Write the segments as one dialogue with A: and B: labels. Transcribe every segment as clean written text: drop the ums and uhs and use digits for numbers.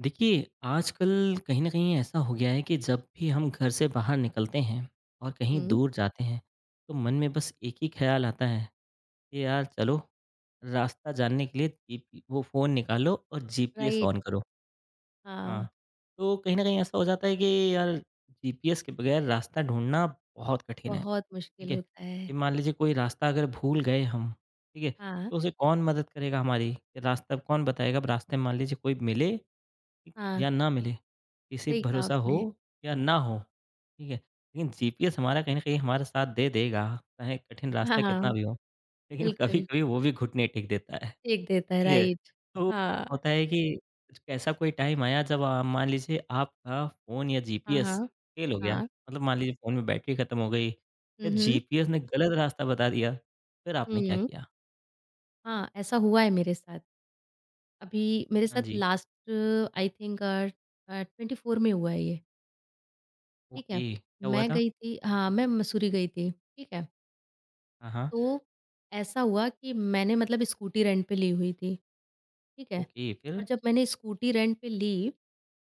A: देखिए, आजकल कहीं न कहीं ऐसा हो गया है कि जब भी हम घर से बाहर निकलते हैं और कहीं
B: हुँ।
A: दूर जाते हैं, तो मन में बस एक ही ख़्याल आता है कि यार चलो, रास्ता जानने के लिए जीपी वो फ़ोन निकालो और जीपीएस
B: राइट।
A: ऑन करो। हाँ,
B: हाँ,
A: तो कहीं न कहीं ऐसा हो जाता है कि यार जीपीएस के बगैर रास्ता ढूँढना बहुत कठिन है,
B: बहुत
A: ठीक
B: मुश्किल
A: है?
B: होता है।
A: ये मान लीजिए कोई रास्ता अगर भूल गए हम, ठीक है?
B: हाँ,
A: तो उसे कौन मदद करेगा हमारी? ये रास्ता अब कौन बताएगा? अब रास्ते में मान लीजिए कोई मिले ठीक,
B: हाँ,
A: या ना मिले, किसी पे
B: सही कहा
A: भरोसा हो
B: आपने।
A: या ना हो, ठीक है? लेकिन जीपीएस हमारा कहीं न कहीं हमारा साथ दे देगा, चाहे कठिन
B: हाँ,
A: रास्ता कितना
B: हाँ,
A: भी हो, लेकिन
B: बिल्कुल,
A: कभी-कभी वो भी घुटने टेक देता है,
B: फेंक देता है,
A: ठीक है?
B: राइट।
A: तो
B: हाँ,
A: होता है कि ऐसा कोई टाइम आया जब मान लीजिए आपका फ़ोन या
B: हाँ,
A: जीपीएस
B: हाँ,
A: फ़ेल हो गया,
B: हाँ।
A: मतलब मान लीजिए फ़ोन में बैटरी खत्म हो गई या
B: हुँ, हुँ,
A: जीपीएस ने गलत रास्ता बता दिया, फिर आपने क्या
B: हुँ,
A: किया?
B: हाँ, ऐसा हुआ है मेरे साथ। अभी मेरे
A: हाँ
B: साथ
A: जी,
B: लास्ट आई थिंक 24 में हुआ है ये, ठीक है।
A: ओके, क्या हुआ
B: मैं
A: था?
B: गई थी हाँ, मैं मसूरी गई थी, ठीक है।
A: हाँ, हाँ,
B: तो ऐसा हुआ कि मैंने मतलब स्कूटी रेंट पे ली हुई थी। ठीक है?
A: ओके, फिर?
B: और जब मैंने स्कूटी रेंट पे ली,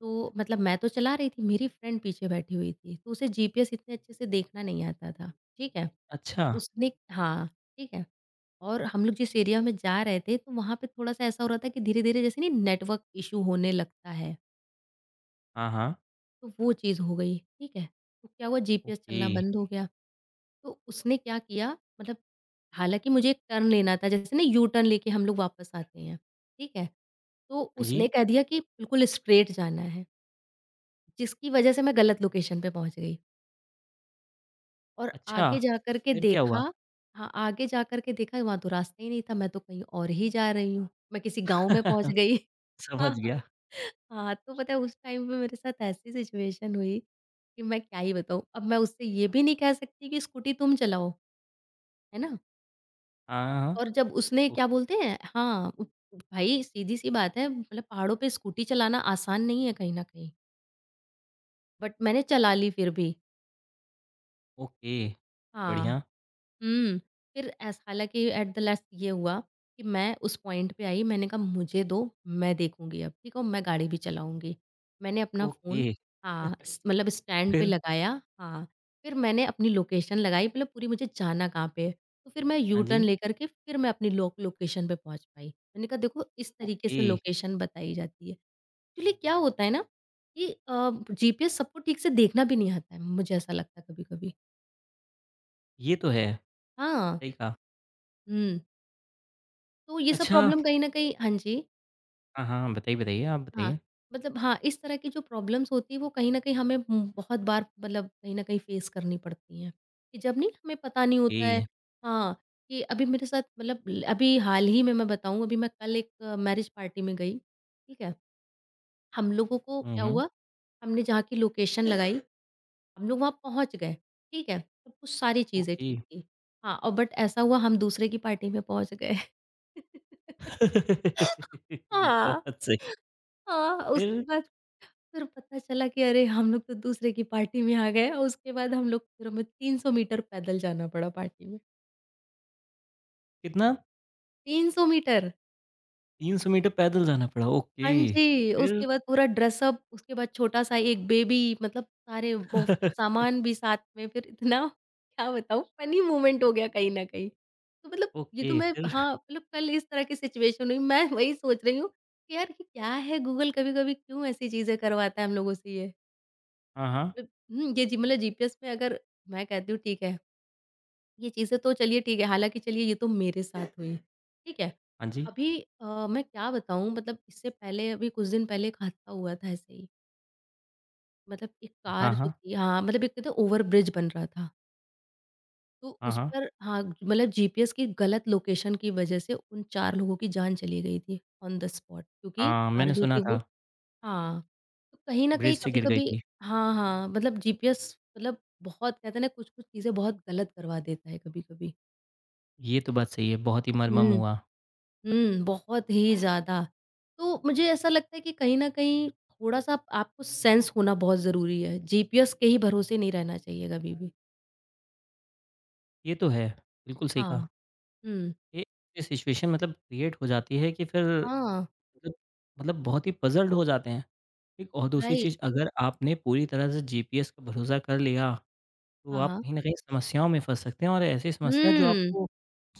B: तो मतलब मैं तो चला रही थी, मेरी फ्रेंड पीछे बैठी हुई थी, तो उसे जीपीएस इतने अच्छे से देखना नहीं आता था, ठीक है?
A: अच्छा,
B: उसने हाँ, ठीक है। और हम लोग जिस एरिया में जा रहे थे, तो वहाँ पे थोड़ा-सा ऐसा हो रहा था कि धीरे-धीरे जैसे नहीं नेटवर्क इश्यू होने लगता है।
A: हाँ, हाँ,
B: तो वो चीज़ हो गई, ठीक है? तो क्या हुआ जीपीएस
A: ओके।
B: चलना बंद हो गया। तो उसने क्या किया मतलब हालाँकि मुझे एक टर्न लेना था जैसे ना यू टर्न लेके हम लोग वापस आते हैं, ठीक है? तो
A: हाँ जी।
B: उसने कह दिया कि बिल्कुल स्ट्रेट जाना है, जिसकी वज़ह से मैं गलत लोकेशन पे पहुँच गई और
A: अच्छा!
B: आगे जा कर के
A: फिर क्या
B: देखा
A: हुआ?
B: हाँ, आगे जा कर के देखा वहाँ तो रास्ता ही नहीं था, मैं तो कहीं और ही जा रही हूँ। मैं किसी गाँव में पहुँच गई।
A: समझ
B: हाँ, हाँ।
A: गया।
B: हाँ, तो पता है उस टाइम पे मेरे साथ ऐसी सिचुएशन हुई कि मैं क्या ही बताऊँ। अब मैं उससे ये भी नहीं कह सकती कि स्कूटी तुम चलाओ, है ना?
A: हाँ, हाँ।
B: और जब उसने क्या
A: ओके,
B: बोलते हैं हाँ, उ भाई सीधी-सी बात है मतलब पहाड़ों पे स्कूटी चलाना आसान नहीं है कहीं न कहीं, बट मैंने चला ली फिर भी।
A: ओके।
B: हाँ।
A: बढ़िया।
B: हुँ। फिर ऐसा हालाँकि एट द लास्ट ये हुआ कि मैं उस पॉइंट पे आई मैंने कहा मुझे दो, मैं देखूँगी अब, ठीक है? और मैं गाड़ी भी चलाऊँगी। मैंने अपना
A: ओके,
B: फ़ोन हाँ, स मतलब स्टैंड पे
A: फिर?
B: लगाया हाँ, फिर मैंने अपनी लोकेशन लगाई मतलब पूरी मुझे जाना कहाँ पे है। तो फिर मैं यू
A: हाँ
B: टर्न
A: जी।
B: लेकर के फिर मैं अपनी लोकेशन पे पहुँच पाई। मैंने कहा देखो इस तरीके
A: ओके,
B: से लोकेशन बताई जाती है। एक्चुअली क्या होता है ना कि जीपीएस सबको ठीक से देखना भी नहीं आता है, मुझे ऐसा लगता है कभी-कभी।
A: ये तो है,
B: हाँ।
A: सही कहा।
B: हुँ। तो ये सब
A: अच्छा,
B: प्रॉब्लम कहीं न कहीं हाँ जी,
A: हाँ, हाँ, बताइए, बताइए, आप
B: हाँ।
A: बताइए।
B: मतलब हाँ, इस तरह की जो प्रॉब्लम्स होती है वो कहीं न कहीं हमें बहुत बार मतलब कहीं न कहीं फेस करनी पड़ती हैं, कि जब नहीं हमें पता नहीं
A: ओके।
B: होता है हाँ, कि अभी मेरे साथ मतलब ल अभी हाल ही में मैं बताऊँ अभी मैं कल एक मैरिज पार्टी में गई, ठीक है? हम लोगों को
A: हुँ,
B: क्या
A: हुँ।
B: हुआ, हमने जहाँ की लोकेशन लगाई, हम लोग वहाँ पहुँच गए, ठीक है? सब कुछ सारी चीज़ें
A: ओके।
B: ठीक थी। हाँ, और बट ऐसा हुआ हम दूसरे की पार्टी में पहुँच गए। हाँ।
A: बहुत सही।
B: हाँ,
A: फिर
B: उसके बाद फिर पता चला कि अरे! हम लोग तो दूसरे की पार्टी में आ गए और उसके बाद हम लोग फिर हमें 300 मीटर पैदल जाना पड़ा पार्टी में।
A: कितना?
B: 300 मीटर!
A: 300 मीटर पैदल जाना पड़ा। ओके,
B: हाँ जी,
A: फिर?
B: उसके बाद पूरा ड्रेसअप, उसके बाद छोटा-सा एक बेबी मतलब सारे वो फिर सामान भी साथ में फिर इतना क्या बताऊँ फ़नी मोमेंट हो गया कहीं न कहीं। तो मतलब ये तो
A: ओके,
B: मैं
A: फिर?
B: हाँ, मतलब कल इस तरह की सिचुएशन हुई मैं वही सोच रही हूँ कि यार ये क्या है गूगल कभी-कभी क्यों ऐसी चीज़ें करवाता है हम लोगों से ये?
A: हाँ, हाँ।
B: मतलब हुँ, ये जी मतलब जीपीएस में अगर मैं कहती हूँ ठीक है, ये चीज़ें तो चलिए ठीक है, हालाँकि चलिए ये तो मेरे साथ हुई, ठीक है।
A: हाँ जी।
B: अभी मैं क्या बताऊँ मतलब इससे पहले अभी कुछ दिन पहले एक हादसा हुआ था ऐसे ही। मतलब एक
A: हाँ,
B: कार जो
A: हाँ।
B: थी हाँ, मतलब एक कहते हैं ओवरब्रिज बन रहा था, तो
A: हाँ,
B: उस
A: हाँ।
B: पर हाँ, मतलब जीपीएस की गलत लोकेशन की वजह से उन 4 लोगों की जान चली गई थी ऑन द स्पॉट क्योंकि
A: हाँ,
B: कार
A: मैंने
B: जो
A: सुना
B: थी
A: था,
B: वो हाँ, तो कहीं न कहीं
A: ब्रिज से गिर गई
B: कभी-कभी
A: थी।
B: हाँ, हाँ, मतलब जीपीएस मतलब बहुत कहते हैं ना कुछ-कुछ चीज़ें बहुत गलत करवा देता है कभी-कभी।
A: ये तो बात सही है, बहुत ही मरमम
B: हुँ।
A: हुआ।
B: हुँ, बहुत ही ज़्यादा। तो मुझे ऐसा लगता है कि कहीं न कहीं थोड़ा-सा आपको सेंस होना बहुत ज़रूरी है। जीपीएस के ही भरोसे नहीं रहना चाहिए कभी भी।
A: ये तो है, बिल्कुल सही कहा।
B: हाँ, हुँ,
A: ये सिचुएशन मतलब क्रिएट हो जाती है कि फिर
B: हाँ,
A: मतलब मतलब बहुत ही पज़ल्ड हो जाते हैं। ठीक और दूसरी
B: राइट,
A: चीज़ अगर आपने पूरी तरह से जीपीएस का भरोसा कर लिया, तो
B: हाँ,
A: आप
B: हाँ।
A: कहीं न कहीं समस्याओं में फँस सकते हैं और ऐसी समस्या जो
B: हुँ,
A: आपको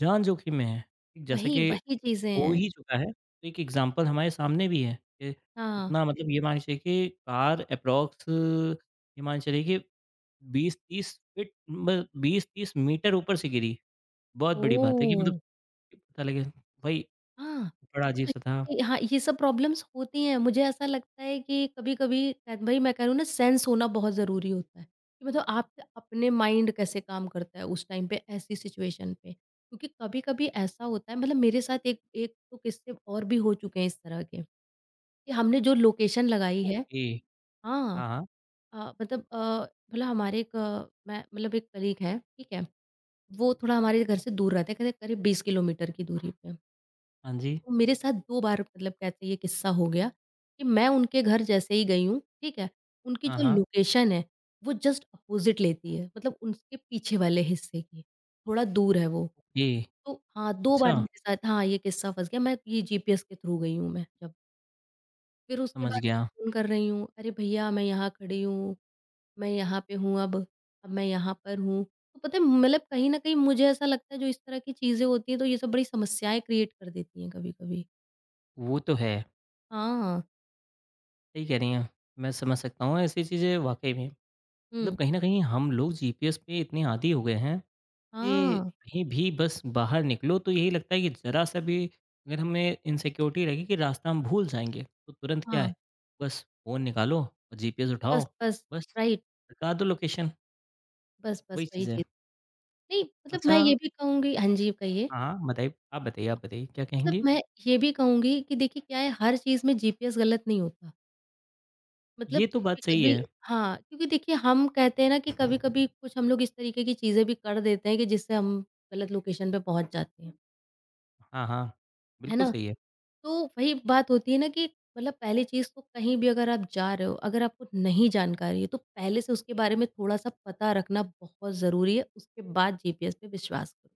A: जान जोखिम में है। ठीक जैसा
B: वही,
A: कि
B: वही चीज़ें
A: हो
B: हैं।
A: ही चुका है, तो एक एग्ज़ाम्पल हमारे सामने भी है कि
B: हाँ,
A: इतना मतलब ये मान के चलिए कि कार एप्रॉक्स ये मान के चलिए कि 20-30 फीट म 20-30 मीटर ऊपर से गिरी। बहुत बड़ी बात है कि
B: ओह!
A: मतलब पता लगे भाई
B: हाँ,
A: बड़ा
B: तो कहीं
A: अजीब-सा था।
B: न कहीं हाँ, ये सब प्रॉब्लम्स होती हैं। मुझे ऐसा लगता है कि कभी-कभी शायद भाई मैं कह रही हूँ ना सेंस होना बहुत ज़रूरी होता है, कि मतलब आपके अपने माइंड कैसे काम करता है उस टाइम पे ऐसी सिचुएशन पे। क्योंकि कभी-कभी ऐसा होता है मतलब मेरे साथ एक एक तो किस्से और भी हो चुके हैं इस तरह के, कि हमने जो लोकेशन लगाई है
A: ओके,
B: हाँ
A: हाँ, हाँ।
B: मतलब मतलब हमारे एक मैं मतलब एक कलीग हैं, ठीक है? वो थोड़ा हमारे घर से दूर रहता है, कहते करीब 20 किलोमीटर की दूरी पे।
A: हाँ जी,
B: तो मेरे साथ 2 बार मतलब कहते हैं ये किस्सा हो गया कि मैं उनके घर जैसे ही गई हूँ, ठीक है? उनकी
A: हाँ,
B: जो
A: हाँ।
B: लोकेशन है, वो जस्ट अपोज़िट लेती है, मतलब उसके पीछे वाले हिस्से की, थोड़ा दूर है वो।
A: ये,
B: तो हाँ, 2
A: अच्छा,
B: बार मेरे साथ हाँ, ये किस्सा फँस गया, मैं ये जीपीएस के थ्रू गई हूँ मैं जब। फिर उसके
A: समझ
B: बाद मैं
A: गया।
B: फ़ोन कर रही हूँ, "अरे भैया, मैं यहाँ खड़ी हूँ।" मैं यहाँ पे हूँ अब मैं यहाँ पर हूँ। तो पता है मतलब कहीं न कहीं मुझे ऐसा लगता है जो इस तरह की चीज़ें होती हैं तो ये सब बड़ी समस्याएँ क्रिएट कर देती हैं कभी-कभी।
A: वो तो है,
B: हाँ,
A: सही कह रही हैं। मैं समझ सकता हूँ ऐसी चीज़ें वाक़ई में। मतलब
B: हुँ,
A: कहीं न कहीं हम लोग जीपीएस पे इतने आदी हो गए हैं कि
B: हाँ,
A: कहीं भी बस बाहर निकलो तो यही लगता है कि जरा सा भी अगर हमें इनसिक्योरिटी लगे कि रास्ता हम भूल जाएंगे तो तुरंत क्या
B: हाँ,
A: है, बस फोन निकालो और जीपीएस उठाओ,
B: बस, बस,
A: बस
B: राइट,
A: बता दो लोकेशन।
B: बस,
A: वही
B: बस वही
A: चीज़ है।
B: चीज़। नहीं मतलब
A: अच्छा,
B: मैं ये भी कहूँगी हाँ जी, कहिए।
A: हाँ, हाँ, बताइए, आप बताइए, आप बताइए, क्या
B: मतलब
A: कहेंगे?
B: मैं ये भी कहूँगी कि देखिए क्या है हर चीज़ में जीपीएस गलत नहीं होता। मतलब
A: ये तो बात सही
B: कभी-कभी
A: है।
B: हाँ, क्योंकि देखिए हम कहते हैं ना कि कभी-कभी कुछ हम लोग इस तरीके की चीज़ें भी कर देते हैं कि जिससे हम गलत लोकेशन पे पहुँच जाते हैं।
A: हाँ, हाँ,
B: है ना?
A: बिल्कुल सही है।
B: तो वही बात होती है ना कि मतलब पहली चीज़ तो कहीं भी अगर आप जा रहे हो, अगर आपको नहीं जानकारी है, तो पहले से उसके बारे में थोड़ा-सा पता रखना बहुत ज़रूरी है। उसके बाद जीपीएस पे विश्वास करो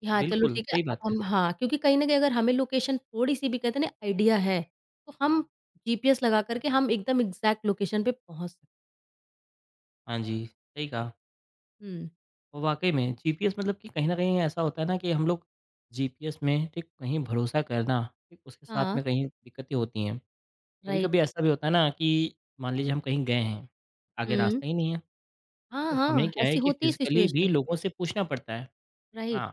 B: कि हाँ, चलो
A: बिल्कुल
B: ठीक है,
A: सही
B: अब
A: बात है।
B: हम हाँ, क्योंकि कहीं न कहीं अगर हमें लोकेशन थोड़ी-सी भी कहते हैं ना आइडिया है, तो हम जीपीएस लगा कर के हम एकदम एग्ज़ैक्ट लोकेशन पे पहुँच सकते
A: हाँ जी, सही कहा।
B: हुँ।
A: और वाकई में जीपीएस मतलब कि कहीं ना कहीं ऐसा होता है ना कि हम लोग जीपीएस में ठीक कहीं भरोसा करना ठीक उसके साथ
B: हाँ,
A: में कहीं दिक्कतें होती हैं। कभी
B: राइट।
A: कभी ऐसा भी होता है ना कि मान लीजिए हम कहीं गए हैं, आगे
B: हुँ।
A: रास्ता ही नहीं है, तो
B: हाँ,
A: हमें
B: हाँ,
A: क्या है
B: ऐसी
A: कि
B: होती है
A: फिजिकली भी
B: सिचुएशन।
A: लोगों से पूछना पड़ता है। हाँ,
B: राइट।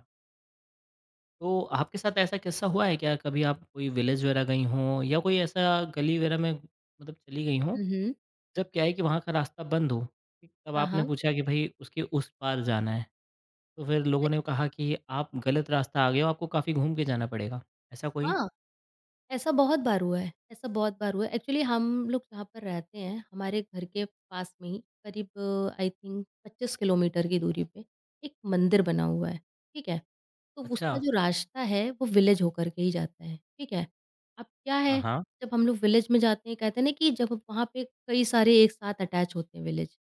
A: तो आपके साथ ऐसा किस्सा हुआ है क्या कभी? आप कोई विलेज वगैरह गई हों या कोई ऐसा गली वगैरह में मतलब चली गई हों,
B: हुँ, हुँ।
A: जब क्या है कि वहाँ का रास्ता बंद हो, ठीक, तब
B: हाँ,
A: आपने
B: हाँ।
A: पूछा कि भाई उसके उस पार जाना है, तो फिर लोगों
B: अरे!
A: ने कहा कि आप गलत रास्ता आ गए हो, आपको काफ़ी घूम के जाना पड़ेगा, ऐसा कोई?
B: हाँ। ऐसा बहुत बार हुआ है, ऐसा बहुत बार हुआ है। एक्चुअली हम लोग जहाँ पर रहते हैं, हमारे घर के पास में ही करीब आई थिंक 25 किलोमीटर की दूरी पे एक मंदिर बना हुआ है, ठीक है? तो
A: अच्छा,
B: उसका जो रास्ता है वो विलेज होकर के ही जाता है, ठीक है? अब क्या
A: हाँ,
B: है
A: हाँ,
B: जब हम लोग विलेज में जाते हैं कहते हैं ना कि जब वहाँ पे कई सारे एक साथ अटैच होते हैं विलेज।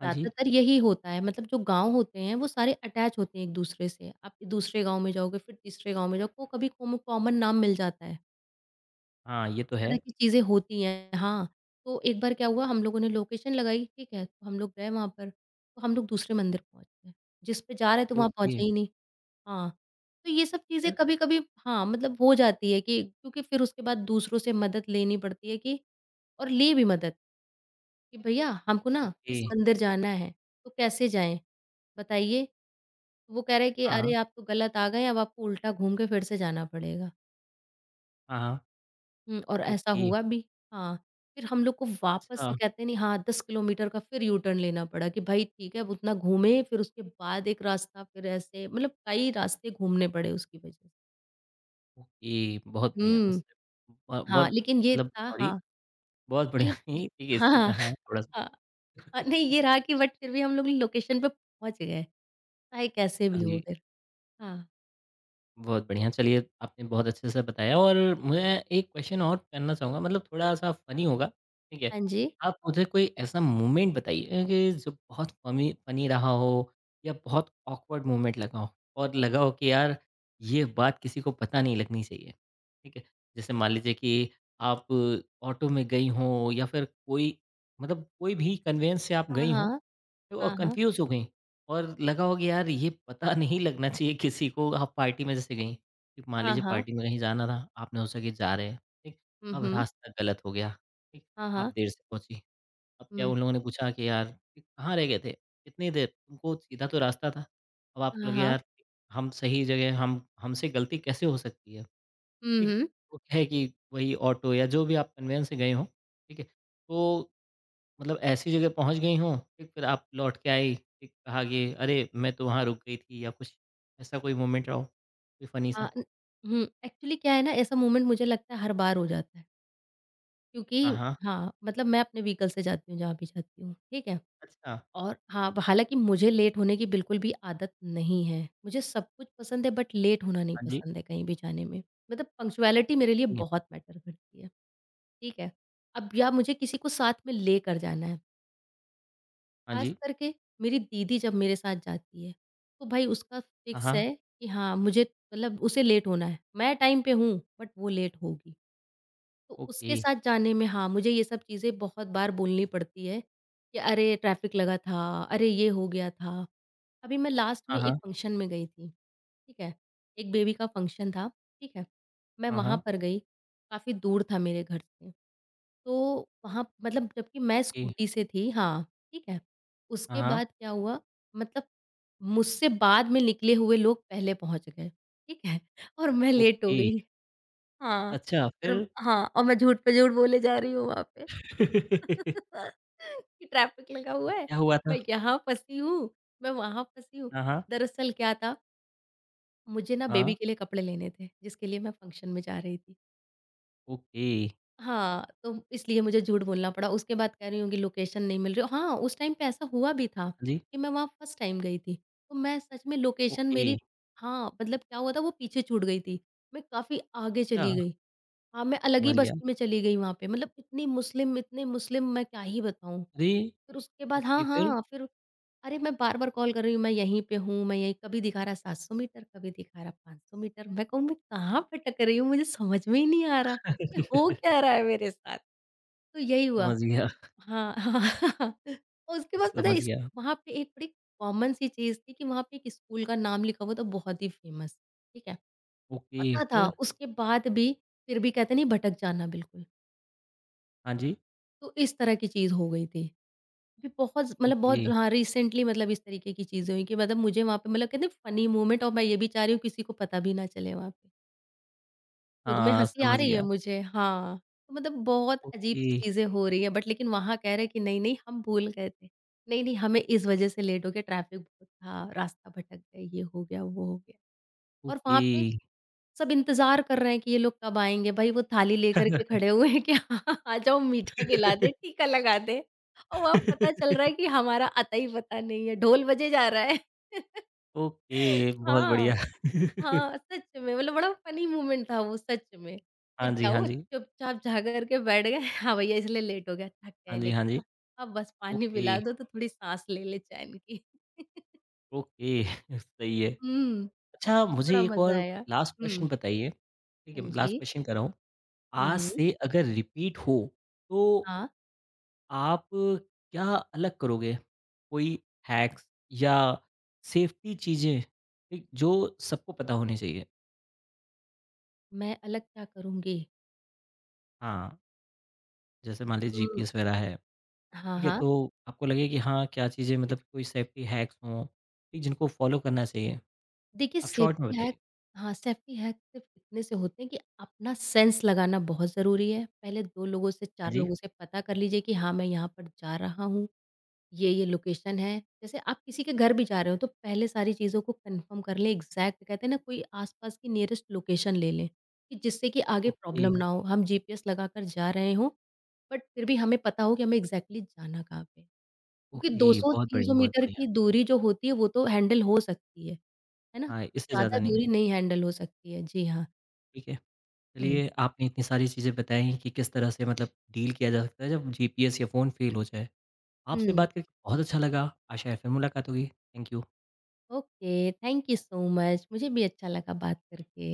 A: हाँ जी,
B: ज़्यादातर यही होता है मतलब जो गाँव होते हैं वो सारे अटैच होते हैं एक-दूसरे से। आप दूसरे गाँव में जाओगे फिर तीसरे गाँव में जाओ को कभी कॉमन नाम मिल जाता है।
A: हाँ, ये तो
B: इस
A: है,
B: तरह की चीज़ें होती हैं। हाँ, तो एक बार क्या हुआ हम लोगों ने लोकेशन लगाई, ठीक है? तो हम लोग गए वहाँ पर, तो हम लोग दूसरे मंदिर पहुँच गए। जिस पे जा रहे थे वहाँ
A: ओके,
B: पहुँचे ही नहीं। हाँ, तो ये सब चीज़ें
A: फिर?
B: कभी-कभी हाँ, मतलब हो जाती है कि क्योंकि फिर उसके बाद दूसरों से मदद लेनी पड़ती है कि और ली भी मदद कि भैया हमको ना
A: ओके,
B: इस मंदिर जाना है, तो कैसे जाएँ? बताइए। तो वो कह रहे हैं कि अरे!
A: हाँ,
B: आप तो गलत आ गए, अब आपको उल्टा घूम के फिर से जाना पड़ेगा।
A: हाँ, हाँ।
B: हुँ, और ऐसा
A: ओके,
B: हुआ भी। हाँ, फिर हम लोग को वापस
A: अच्छा,
B: से कहते हैं नहीं हाँ, 10 किलोमीटर का फिर यू टर्न लेना पड़ा कि भाई ठीक है, अब उतना घूमे फिर उसके बाद एक रास्ता फिर ऐसे मतलब कई रास्ते घूमने पड़े उसकी वजह से।
A: ओके, बहुत बढ़िया। स
B: हुँ।
A: ब बहुत
B: हाँ, लेकिन ये
A: मतलब
B: था
A: सॉरी,
B: हाँ,
A: बहुत बढ़िया
B: कि
A: ही ठीक है, इस
B: हाँ,
A: चीज़ में हाँ, थोड़ा-सा।
B: हाँ, हाँ, नहीं ये रहा कि बट फिर भी हम लोग लोकेशन पे पहुँच गए, चाहे कैसे
A: हाँ
B: भी
A: जी।
B: हो फिर। हाँ,
A: बहुत बढ़िया। चलिए, आपने बहुत अच्छे से बताया और मैं एक क्वेश्चन और करना चाहूँगा, मतलब थोड़ा-सा फ़नी होगा, ठीक है?
B: हाँ जी।
A: आप मुझे कोई ऐसा मोमेंट बताइए कि जो बहुत फ़मी फ़नी रहा हो या बहुत ऑकवर्ड मोमेंट लगा हो और लगा हो कि यार, ये बात किसी को पता नहीं लगनी चाहिए, ठीक है? जैसे मान लीजिए कि आप ऑटो में गई हों या फिर कोई मतलब कोई भी कन्वेंस से आप
B: हाँ,
A: गई हों,
B: हाँ।
A: वो
B: हाँ, हाँ।
A: कंफ्यूज़ हो गईं और लगा होगा यार, ये पता नहीं लगना चाहिए किसी को। आप पार्टी में जैसे गईं, कि मान
B: हाँ,
A: लीजिए
B: हाँ।
A: पार्टी में कहीं जाना था, आपने सोचा कि जा रहे हैं, ठीक?
B: हुँ,
A: अब
B: हुँ।
A: रास्ता गलत हो गया, ठीक?
B: हाँ,
A: आप
B: हाँ।
A: देर से पहुँची, अब क्या
B: हुँ।
A: उन लोगों ने पूछा कि यार कि कहाँ रह गए थे? कितनी देर? तुमको सीधा तो रास्ता था। अब आपको
B: हाँ,
A: लगे
B: हाँ।
A: यार ठीक, हम सही जगह हम हमसे गलती कैसे हो सकती है,
B: हुँ,
A: ठीक?
B: हुँ।
A: वो है कि वही ऑटो या जो भी आप कन्वेंस से गए हों, ठीक है? तो मतलब ऐसी जगह पहुँच गई हों, ठीक फिर आप लौट के आई, ठीक कहा कि अरे! मैं तो वहाँ रुक गई थी या कुछ, ऐसा कोई मोमेंट रहा हो? कोई फ़नी सा?
B: हाँ, न हुँ, एक्चुअली क्या है ना ऐसा मोमेंट मुझे लगता है हर बार हो जाता है, क्योंकि
A: हाँ, हाँ।
B: हाँ, मतलब मैं अपने व्हीकल से जाती हूँ जहाँ भी जाती हूँ, ठीक है?
A: अच्छा,
B: और हाँ, हालाँकि मुझे लेट होने की बिल्कुल भी आदत नहीं है, मुझे सब कुछ पसंद है बट लेट होना नहीं
A: हाँ जी,
B: पसंद है कहीं भी जाने में, मतलब पंक्चुअलिटी मेरे लिए
A: ओके,
B: बहुत मैटर करती है, ठीक है? अब या मुझे किसी को साथ में लेकर जाना है,
A: हाँ
B: ख़ास
A: जी,
B: करके मेरी दीदी जब मेरे साथ जाती है, तो भाई उसका
A: हाँ,
B: फिक्स
A: हाँ,
B: है कि हाँ, मुझे उसे लेट होना है, मैं टाइम पे हूँ बट वो लेट होगी। तो
A: ओके,
B: उसके साथ जाने में हाँ, मुझे ये सब चीज़ें बहुत बार बोलनी पड़ती है कि अरे! ट्रैफ़िक लगा था, अरे ये हो गया था। अभी मैं लास्ट
A: हाँ,
B: में एक
A: हाँ,
B: फ़ंक्शन में गई थी, ठीक है? एक बेबी का फ़ंक्शन था, ठीक है? मैं
A: हाँ,
B: वहाँ
A: हाँ,
B: पर गई, काफ़ी दूर था मेरे घर से। तो वहाँ मतलब जबकि मैं
A: ओके,
B: स्कूटी से थी हाँ, ठीक है?
A: हाँ,
B: उसके
A: हाँ,
B: बाद क्या हुआ मतलब मुझसे बाद में निकले हुए लोग पहले पहुँच गए, ठीक है? और मैं लेट हो
A: ओके,
B: गई। हाँ,
A: अच्छा फिर?
B: हाँ, और मैं झूठ पे झूठ बोले जा रही हूँ वहाँ पे कि ट्रैफ़िक लगा हुआ है,
A: क्या हुआ था?
B: मैं यहाँ फँसी हूँ, मैं वहाँ फँसी हूँ।
A: हाँ, हाँ,
B: दरअसल क्या था, मुझे ना
A: हाँ,
B: बेबी के लिए कपड़े लेने थे, जिसके लिए मैं फ़ंक्शन में जा रही थी।
A: ओके, हाँ
B: हाँ, तो इसलिए मुझे झूठ बोलना पड़ा। उसके बाद कह रही हूँ कि लोकेशन नहीं मिल रही हाँ, उस टाइम पे ऐसा हुआ भी था
A: जी,
B: कि मैं वहाँ फर्स्ट टाइम गई थी, तो मैं सच में लोकेशन
A: ओके,
B: मेरी हाँ, मतलब क्या हुआ था वो पीछे छूट गई थी। मैं काफ़ी आगे चली
A: अच्छा,
B: गई। हाँ, मैं अलग ही
A: समझ गया।
B: बस्ती में चली गई वहाँ पे मतलब इतनी मुस्लिम इतने मुस्लिम मैं क्या ही बताऊँ।
A: अरे!
B: फिर उसके बाद हाँ,
A: ओके फिर?
B: हाँ, फिर अरे मैं बार-बार कॉल कर रही हूँ, मैं यहीं पे हूँ, मैं यहीं कभी दिखा रहा है 700 मीटर, कभी दिखा रहा 500 मीटर। मैं कहूँ मैं कहाँ भटक रही हूँ मुझे समझ में ही नहीं आ रहा, ये हो क्या रहा है मेरे साथ? तो यही हुआ।
A: समझ गया,
B: हाँ, हाँ। और उसके बाद पता है
A: समझ
B: इस
A: गया,
B: वहाँ पे एक बड़ी कॉमन सी चीज़ थी कि वहाँ पे एक स्कूल का नाम लिखा हुआ था बहुत ही फेमस, ठीक है?
A: ओके,
B: पता था
A: फिर?
B: उसके बाद भी फिर भी कहते नहीं भटक जाना बिल्कुल।
A: हाँ जी,
B: तो इस तरह की चीज़ हो गई थी। ये बहुत ज़ मतलब
A: ओके।
B: बहुत हाँ, रिसेंटली मतलब इस तरीके की चीज़ें हुई कि मतलब मुझे वहाँ पे मतलब कहते हैं फ़नी मोमेंट और मैं ये भी चाह रही हूँ किसी को पता भी ना चले वहाँ पे। खुद में
A: हाँ,
B: हँसी आ
A: समझ
B: रही है
A: गया।
B: मुझे हाँ, तो मतलब बहुत
A: ओके,
B: अजीब-सी चीज़ें हो रही हैं बट लेकिन वहाँ कह रहे हैं कि नहीं, नहीं हम भूल गए थे। नहीं, नहीं हमें इस वजह से लेट हो गया ट्रैफ़िक बहुत था, रास्ता भटक गए, ये हो गया, वो हो गया। और
A: ओके।
B: वहाँ पे सब इंतज़ार कर रहे हैं कि ये लोग कब आएँगे, भई वो थाली लेकर के खड़े हुए हैं कि हाँ, आ जाओ मीठा खिला दें, टीका लगा दें और वहाँ पता चल रहा है कि हमारा अता ही पता नहीं है, ढोल बजे जा रहा है।
A: ओके, बहुत बढ़िया।
B: हाँ। हाँ, सच में मतलब बड़ा फ़नी मोमेंट था वो सच में।
A: हाँ
B: फिर
A: जी,
B: क्या
A: हाँ
B: हुआ
A: जी।
B: चुपचाप जा कर के बैठ गए, हाँ, भैया इसलिए लेट हो गया, थक
A: हाँ
B: गए
A: जी, हाँ
B: लेकिन
A: जी।
B: अब बस पानी
A: ओके,
B: पिला दो तो थोड़ी साँस ले लें चैन की।
A: ओके, सही है।
B: हुँ,
A: अच्छा मुझे
B: बड़ा
A: एक
B: मज़ा
A: और
B: आया।
A: लास्ट
B: हुँ।
A: प्रश्न बताइए, ठीक
B: हाँ
A: है? लास्ट
B: जी।
A: क्वेश्चन कर रहा हूँ।
B: हुँ,
A: आज
B: हुँ।
A: से अगर रिपीट हो, तो
B: हाँ।
A: आप क्या अलग करोगे? कोई हैक्स या सेफ्टी चीज़ें, ठीक? जो सबको पता होनी चाहिए।
B: मैं अलग क्या करूँगी?
A: हाँ, जैसे मान लीजिए
B: हुँ।
A: जीपीएस वगैरह है।
B: हाँ,
A: ठीक है,
B: हाँ।
A: तो आपको लगे कि हाँ, क्या चीज़ें, मतलब कोई सेफ्टी हैक्स हों, ठीक, जिनको फॉलो करना चाहिए?
B: देखिए
A: आप शॉर्ट में
B: सेफ्टी हैक
A: बताइए।
B: हाँ, सेफ्टी हैक सिर्फ़ इतने से होते हैं कि अपना सेंस लगाना बहुत ज़रूरी है। पहले 2 लोगों से
A: हाँ
B: 4
A: जी,
B: लोगों से पता कर लीजिए कि हाँ, मैं यहाँ पर जा रहा हूँ, ये-ये लोकेशन है। जैसे आप किसी के घर भी जा रहे हो तो पहले सारी चीज़ों को कन्फर्म कर लें एग्ज़ैक्ट कहते हैं ना कोई आस-पास की नियरेस्ट लोकेशन ले लें, कि जिससे कि आगे
A: ओके,
B: प्रॉब्लम ना हो। हम जीपीएस लगाकर जा रहे हों, बट फिर भी हमें पता हो कि हमें एग्ज़ैक्टली जाना कहाँ पे है। क्योंकि
A: ओके, बहुत बढ़िया,
B: 200-300
A: बहुत
B: मीटर
A: बढ़िया।
B: की दूरी जो होती है वो तो हैंडल हो सकती है ना?
A: हाँ, इससे ज़्यादा
B: ज़्यादा
A: नहीं,
B: दूरी नहीं हैंडल हो सकती है। जी हाँ।
A: ठीक है।
B: हुँ।
A: चलिए, आपने इतनी सारी चीज़ें बताई कि किस तरह से मतलब डील किया जा सकता है जब जीपीएस या फ़ोन फ़ेल हो जाए। आपसे
B: हुँ।
A: बात करके बहुत अच्छा लगा, आशा है फिर मुलाकात होगी। Thank you.
B: Okay, thank you so much. मुझे भी अच्छा लगा बात करके।